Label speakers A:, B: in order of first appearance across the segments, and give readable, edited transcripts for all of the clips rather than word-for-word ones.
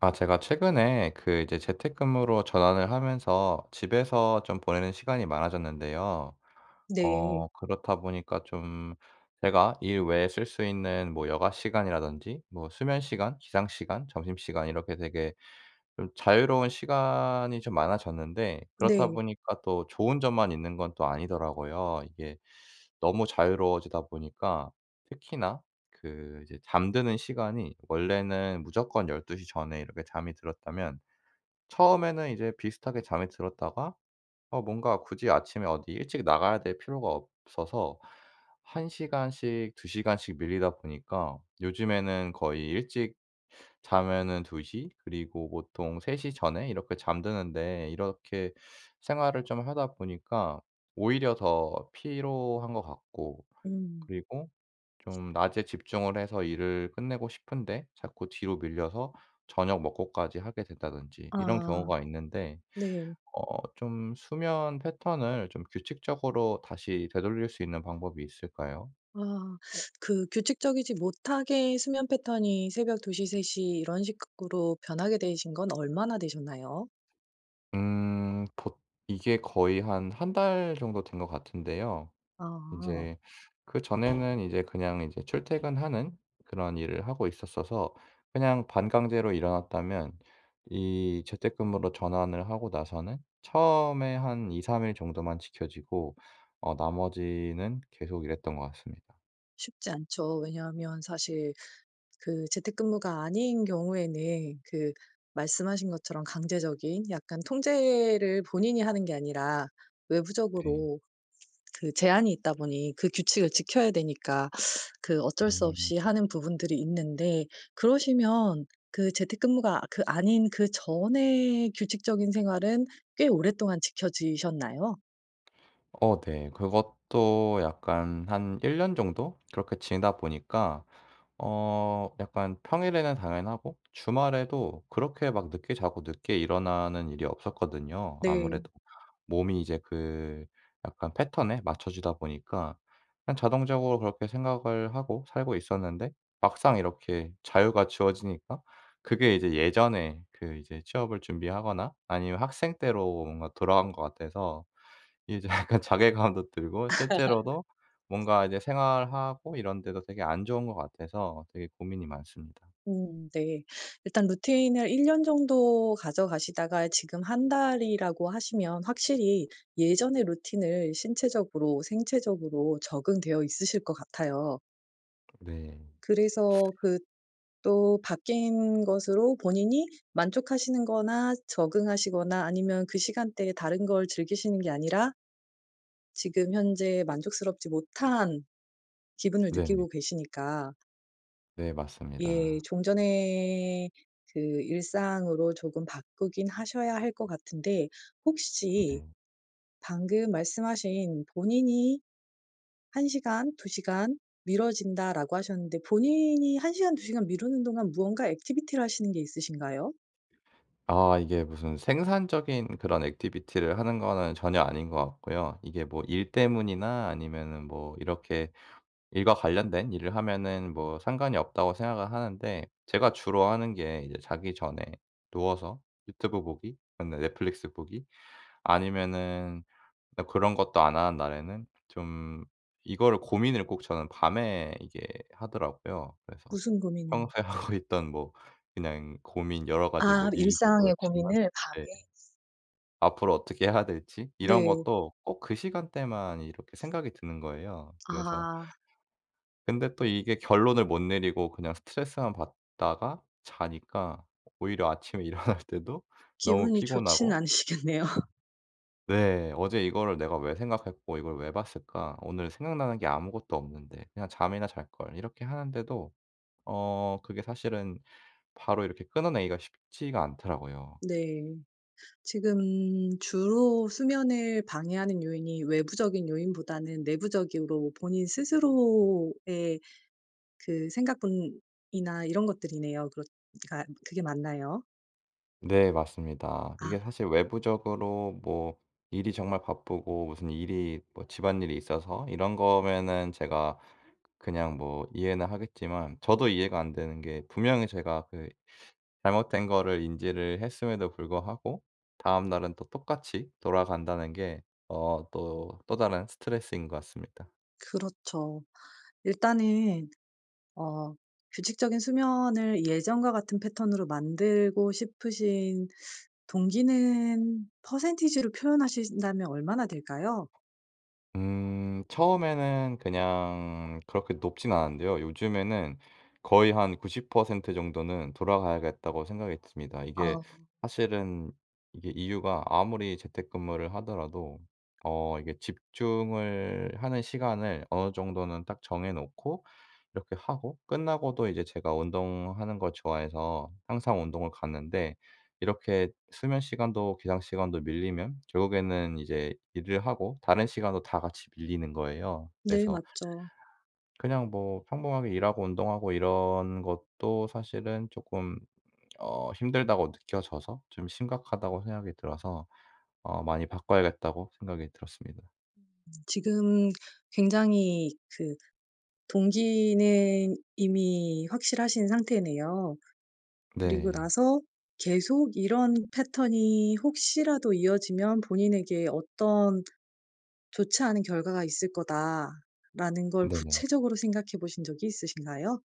A: 아, 제가 최근에 그 이제 재택근무로 전환을 하면서 집에서 좀 보내는 시간이 많아졌는데요.
B: 네.
A: 그렇다 보니까 좀 제가 일 외에 쓸 수 있는 뭐 여가 시간이라든지 뭐 수면 시간, 기상 시간, 점심 시간 이렇게 되게 좀 자유로운 시간이 좀 많아졌는데, 그렇다
B: 네.
A: 보니까 또 좋은 점만 있는 건 또 아니더라고요. 이게 너무 자유로워지다 보니까 특히나 그 이제 잠드는 시간이 원래는 무조건 12시 전에 이렇게 잠이 들었다면, 처음에는 이제 비슷하게 잠이 들었다가 뭔가 굳이 아침에 어디 일찍 나가야 될 필요가 없어서 1 시간씩 2 시간씩 밀리다 보니까, 요즘에는 거의 일찍 자면은 2 시, 그리고 보통 3시 전에 이렇게 잠드는데, 이렇게 생활을 좀 하다 보니까 오히려 더 피로한 것 같고,
B: 음.
A: 그리고 좀 낮에 집중을 해서 일을 끝내고 싶은데 자꾸 뒤로 밀려서 저녁 먹고까지 하게 된다든지 이런
B: 아,
A: 경우가 있는데,
B: 네.
A: 좀 수면 패턴을 좀 규칙적으로 다시 되돌릴 수 있는 방법이 있을까요?
B: 아, 그 규칙적이지 못하게 수면 패턴이 새벽 2시세3 이런 식으로 변하게 되신 건 얼마나 되셨나요?
A: 음. 보 이게 거의 한 한 달 정도 된 것 같은데요. 이
B: 아,
A: 제 그전에는 이제 그냥 이제 출퇴근하는 그런 일을 하고 있었어서 그냥 반강제로 일어났다면, 이 재택근무로 전환을 하고 나서는 처음에 한 2-3일 정도만 지켜지고 나머지는 계속 일했던 것 같습니다.
B: 쉽지 않죠. 왜냐하면 사실 그 재택근무가 아닌 경우에는 그 말씀하신 것처럼 강제적인 약간 통제를 본인이 하는 게 아니라
A: 네.
B: 외부적으로 그 제한이 있다 보니 그 규칙을 지켜야 되니까 그 어쩔 수
A: 음.
B: 없이 하는 부분들이 있는데, 그러시면 그 재택근무가 아닌 그 전에 규칙적인 생활은 꽤 오랫동안 지켜지셨나요?
A: 네. 그것도 약간 한 1년 정도 그렇게 지내다 보니까 약간 평일에는 당연하고 주말에도 그렇게 막 늦게 자고 늦게 일어나는 일이 없었거든요.
B: 네.
A: 아무래도 몸이 이제 그 약간 패턴에 맞춰지다 보니까 그냥 자동적으로 그렇게 생각을 하고 살고 있었는데, 막상 이렇게 자유가 주어지니까 그게 이제 예전에 그 이제 취업을 준비하거나 아니면 학생 때로 뭔가 돌아간 것 같아서 이제 약간 자괴감도 들고, 실제로도 뭔가 이제 생활하고 이런 데도 되게 안 좋은 것 같아서 되게 고민이 많습니다.
B: 음, 네. 일단 루틴을 1년 정도 가져가시다가 지금 한 달이라고 하시면 확실히 예전의 루틴을 신체적으로, 생체적으로 적응되어 있으실 것 같아요.
A: 네.
B: 그래서 그 또 바뀐 것으로 본인이 만족하시는 거나 적응하시거나 아니면 그 시간대에 다른 걸 즐기시는 게 아니라 지금 현재 만족스럽지 못한 기분을
A: 네네.
B: 느끼고 계시니까
A: 네,
B: 예,
A: 맞습니다.
B: 종전의 그 일상으로 조금 바꾸긴 하셔야 할 것 같은데, 혹시
A: 네.
B: 방금 말씀하신 본인이 1 시간, 2 시간 미뤄진다라고 하셨는데 본인이 1 시간, 2 시간 미루는 동안 무언가 액티비티를 하시는 게 있으신가요?
A: 아, 이게 무슨 생산적인 그런 액티비티를 하는 거는 전혀 아닌 것 같고요. 이게 뭐 일 때문이나 아니면은 뭐 이렇게 일과 관련된 일을 하면은 뭐 상관이 없다고 생각을 하는데, 제가 주로 하는 게 이제 자기 전에 누워서 유튜브 보기, 근데 넷플릭스 보기 아니면은, 근데 그런 것도 안 하는 날에는 좀 이거를 고민을 꼭 저는 밤에 이게 하더라고요. 그래서
B: 무슨 고민을.
A: 평소에 하고 있던 뭐 그냥 고민 여러 가지 뭐
B: 아,
A: 일도
B: 일상의
A: 그렇지만,
B: 고민을 밤에.
A: 네, 앞으로 어떻게 해야 될지 이런
B: 네.
A: 것도 꼭 그 시간대만 이렇게 생각이 드는 거예요. 그래서
B: 아,
A: 근데 또 이게 결론을 못 내리고 그냥 스트레스만 받다가 자니까 오히려 아침에 일어날 때도 너무
B: 기분이 좋지는
A: 피곤하고,
B: 않으시겠네요.
A: 네. '어제 이거를 내가 왜 생각했고 이걸 왜 봤을까? 오늘 생각나는 게 아무것도 없는데 그냥 잠이나 잘 걸.' 이렇게 하는데도 그게 사실은 바로 이렇게 끊어내기가 쉽지가 않더라고요.
B: 네. 지금 주로 수면을 방해하는 요인이 외부적인 요인보다는 내부적으로 본인 스스로의 그 생각뿐이나 이런 것들이네요. 그렇 그러니까 그게 맞나요?
A: 네, 맞습니다.
B: 아,
A: 이게 사실 외부적으로 뭐 일이 정말 바쁘고 무슨 일이 뭐 집안일이 있어서 이런 거면은 제가 그냥 뭐 이해는 하겠지만, 저도 이해가 안 되는 게 분명히 제가 그 잘못된 거를 인지를 했음에도 불구하고 다음날은 또 똑같이 돌아간다는 게 또 또 다른 스트레스인 것 같습니다.
B: 그렇죠. 일단은 어 규칙적인 수면을 예전과 같은 패턴으로 만들고 싶으신 동기는 퍼센티지로 표현하신다면 얼마나 될까요?
A: 처음에는 그냥 그렇게 높진 않았는데요. 요즘에는 거의 한 90% 정도는 돌아가야겠다고 생각이 듭니다. 이게
B: 아,
A: 사실은 이게 이유가 아무리 재택근무를 하더라도 이게 집중을 하는 시간을 어느 정도는 딱 정해 놓고 이렇게 하고 끝나고도 이제 제가 운동하는 걸 좋아해서 항상 운동을 갔는데, 이렇게 수면 시간도 기상 시간도 밀리면 결국에는 이제 일을 하고 다른 시간도 다 같이 밀리는 거예요.
B: 네,
A: 그래서
B: 맞죠.
A: 그냥 뭐 평범하게 일하고 운동하고 이런 것도 사실은 쪼끔 힘들다고 느껴져서 좀 심각하다고 생각이 들어서 많이 바꿔야겠다고 생각이 들었습니다.
B: 지금 굉장히 그 동기는 이미 확실하신 상태네요. 그리고
A: 네.
B: 나서 계속 이런 패턴이 혹시라도 이어지면 본인에게 어떤 좋지 않은 결과가 있을 거다라는 걸
A: 네네.
B: 구체적으로 생각해 보신 적이 있으신가요?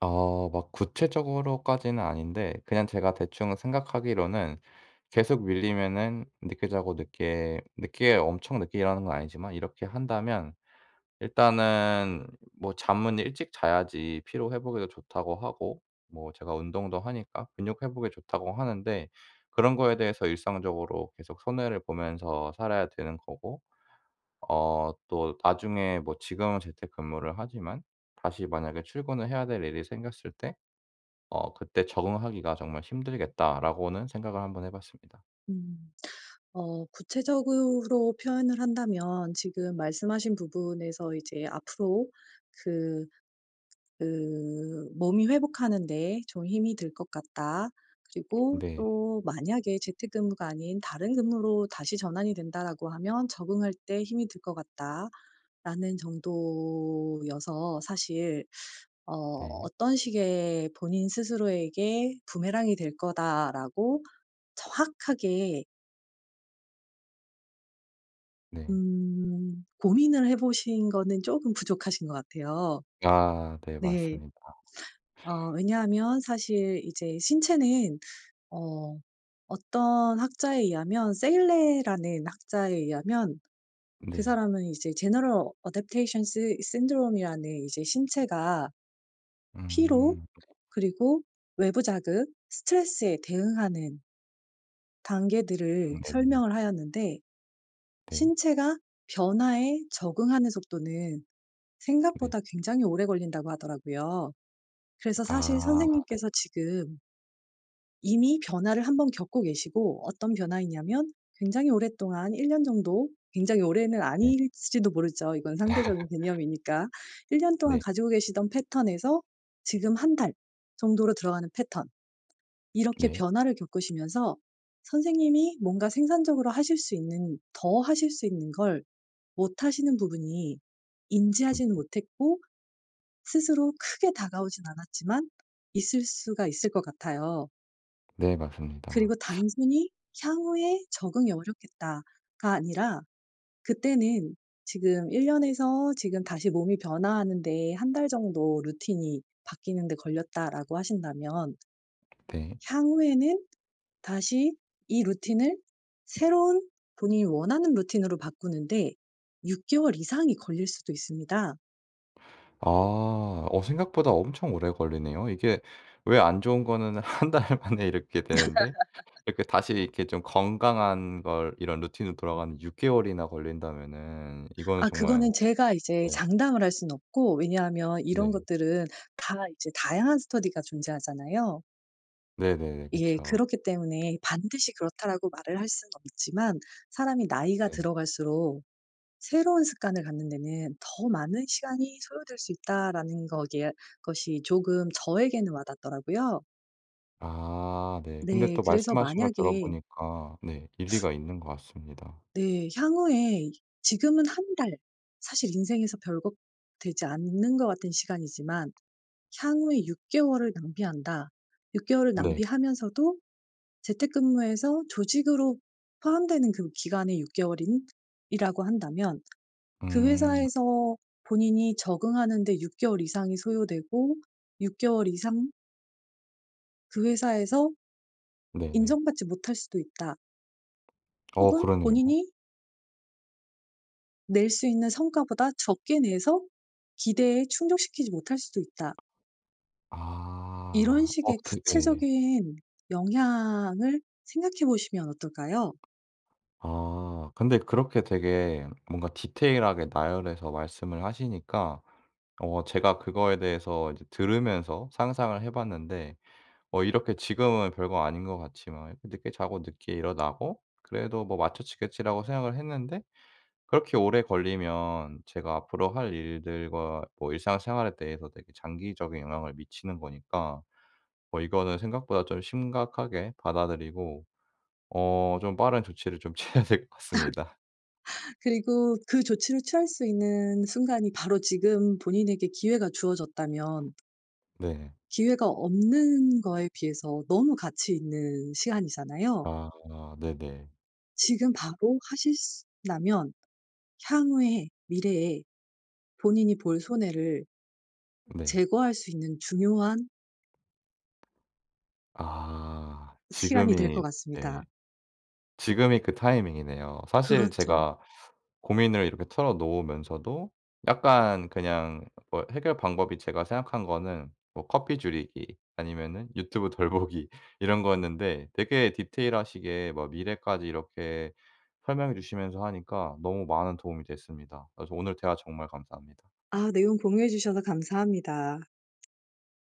A: 막 구체적으로까지는 아닌데, 그냥 제가 대충 생각하기로는 계속 밀리면은 늦게 자고 늦게 늦게 엄청 늦게 일하는 건 아니지만 이렇게 한다면, 일단은 뭐 잠은 일찍 자야지 피로 회복에도 좋다고 하고 뭐 제가 운동도 하니까 근육 회복에 좋다고 하는데, 그런 거에 대해서 일상적으로 계속 손해를 보면서 살아야 되는 거고 또 나중에 뭐 지금은 재택근무를 하지만 다시 만약에 출근을 해야 될 일이 생겼을 때 '그때 적응하기가 정말 힘들겠다.'라고는 생각을 한번 해 봤습니다.
B: 음. 구체적으로 표현을 한다면 지금 말씀하신 부분에서 이제 앞으로 그 그 "몸이 회복하는 데 좀 힘이 들 것 같다. 그리고
A: 네.
B: 또 만약에 재택근무가 아닌 다른 근무로 다시 전환이 된다."라고 하면 "적응할 때 힘이 들 것 같다."라는 정도여서 사실 어
A: 네.
B: '어떤 식의 본인 스스로에게 부메랑이 될 거다.'라고 정확하게
A: 네.
B: 고민을 해 보신 거는 조금 부족하신 것 같아요.
A: 아, 네,
B: 네.
A: 맞습니다.
B: 왜냐하면 사실 이제 신체는 어 어떤 학자에 의하면 세일레라는 학자에 의하면 그
A: 네.
B: 사람은 이제 General Adaptation Sy Syndrome이라는 이제 신체가 피로
A: 음.
B: 그리고 외부 자극, 스트레스에 대응하는 단계들을
A: 네네. 네.
B: 설명을 하였는데
A: 네.
B: 신체가 변화에 적응하는 속도는
A: 네, 네.
B: 생각보다 굉장히 오래 걸린다고 하더라고요. 그래서 사실
A: 아
B: 선생님께서 지금 이미 변화를 한번 겪고 계시고 어떤 변화이냐면 굉장히 오랫동안 1년 정도, 굉장히 오래는
A: 네.
B: 아닐지도 모르죠. 이건 상대적인 개념이니까. 1년 동안
A: 네.
B: 가지고 계시던 패턴에서 지금 한 달 정도로 들어가는 패턴, 이렇게
A: 네.
B: 변화를 겪으시면서 선생님이 뭔가 생산적으로 하실 수 있는 더 하실 수 있는 걸 못 하시는 부분이 인지하지는 못했고 스스로 크게 다가오진 않았지만 있을 수가 있을 것 같아요.
A: 네, 맞습니다.
B: 그리고 단순히 '향후에 적응이 어렵겠다.'가 아니라 그때는 지금 1 년에서 지금 다시 몸이 변화하는 데 한 달 정도 루틴이 바뀌는 데 걸렸다라고 하신다면
A: 네.
B: 향후에는 다시 이 루틴을 새로운 본인이 원하는 루틴으로 바꾸는데 6 개월 이상이 걸릴 수도 있습니다.
A: 아, 생각보다 엄청 오래 걸리네요. 이게 왜 안 좋은 거는 한 달 만에 이렇게 되는데 이렇게 다시 이렇게 좀 건강한 걸 이런 루틴으로 돌아가는 6 개월이나 걸린다면은 이거는
B: 아,
A: 정말.
B: 그거는 제가 이제
A: 네.
B: 장담을 할 수는 없고 왜냐하면 이런
A: 네.
B: 것들은 다 이제 다양한 스터디가 존재하잖아요.
A: 네네네.
B: 예,
A: 그쵸.
B: 그렇기 때문에 반드시 그렇다라고 말을 할 수는 없지만 사람이 나이가
A: 네.
B: 들어갈수록 '새로운 습관을 갖는 데는 더 많은 시간이 소요될 수 있다.'라는 거기에 것이 조금 저에게는 와닿더라고요.
A: 아 네. 근데
B: 네,
A: 또
B: 그래서
A: 말씀하신 걸
B: 만약에
A: 들어보니까 네, 일리가 있는 것 같습니다.
B: 네, 향후에 지금은 한 달, 사실 인생에서 별거 되지 않는 것 같은 시간이지만 향후에 6 개월을 낭비한다. 6 개월을
A: 네.
B: 낭비하면서도 재택근무에서 조직으로 포함되는 그 기간의 6 개월인 이라고 한다면 그
A: 음.
B: 회사에서 본인이 적응하는 데 6 개월 이상이 소요되고 6 개월 이상 그 회사에서
A: 네네.
B: 인정받지 못할 수도 있다. 혹은
A: 그러네요.
B: 본인이 낼 수 있는 성과보다 적게 내서 기대에 충족시키지 못할 수도 있다. 이런
A: 아. 어,
B: 식의
A: 그, 예.
B: 구체적인 영향을 생각해 보시면 어떨까요?
A: 아, 근데 그렇게 되게 뭔가 디테일하게 나열해서 말씀을 하시니까 제가 그거에 대해서 이제 들으면서 상상을 해 봤는데, 이렇게 지금은 별거 아닌 것 같지만 이렇게 늦게 자고 늦게 일어나고 그래도 뭐 '맞춰지겠지.'라고 생각을 했는데, 그렇게 오래 걸리면 제가 앞으로 할 일들과 뭐 일상생활에 대해서 되게 장기적인 영향을 미치는 거니까 뭐 이거는 생각보다 좀 심각하게 받아들이고 좀 빠른 조치를 좀 취해야 될 것 같습니다.
B: 그리고 그 조치를 취할 수 있는 순간이 바로 지금 본인에게 기회가 주어졌다면
A: 네.
B: 기회가 없는 거에 비해서 너무 가치 있는 시간이잖아요.
A: 아 네네.
B: 지금 바로 하신다면 향후에 미래에 본인이 볼 손해를
A: 네.
B: 제거할 수 있는 중요한
A: 아
B: 시간이 될
A: 지금이,
B: 것
A: 네,
B: 같습니다.
A: 지금이 그 타이밍이네요. 사실
B: 그렇죠.
A: 제가 고민을 이렇게 털어 놓으면서도 약간 그냥 뭐 해결 방법이 제가 생각한 거는 뭐 커피 줄이기 아니면은 유튜브 덜 보기 이런 거였는데, 되게 디테일하시게 뭐 미래까지 이렇게 설명해 주시면서 하니까 너무 많은 도움이 됐습니다. 그래서 오늘 대화 정말 감사합니다.
B: 아, 내용 공유해 주셔서 감사합니다.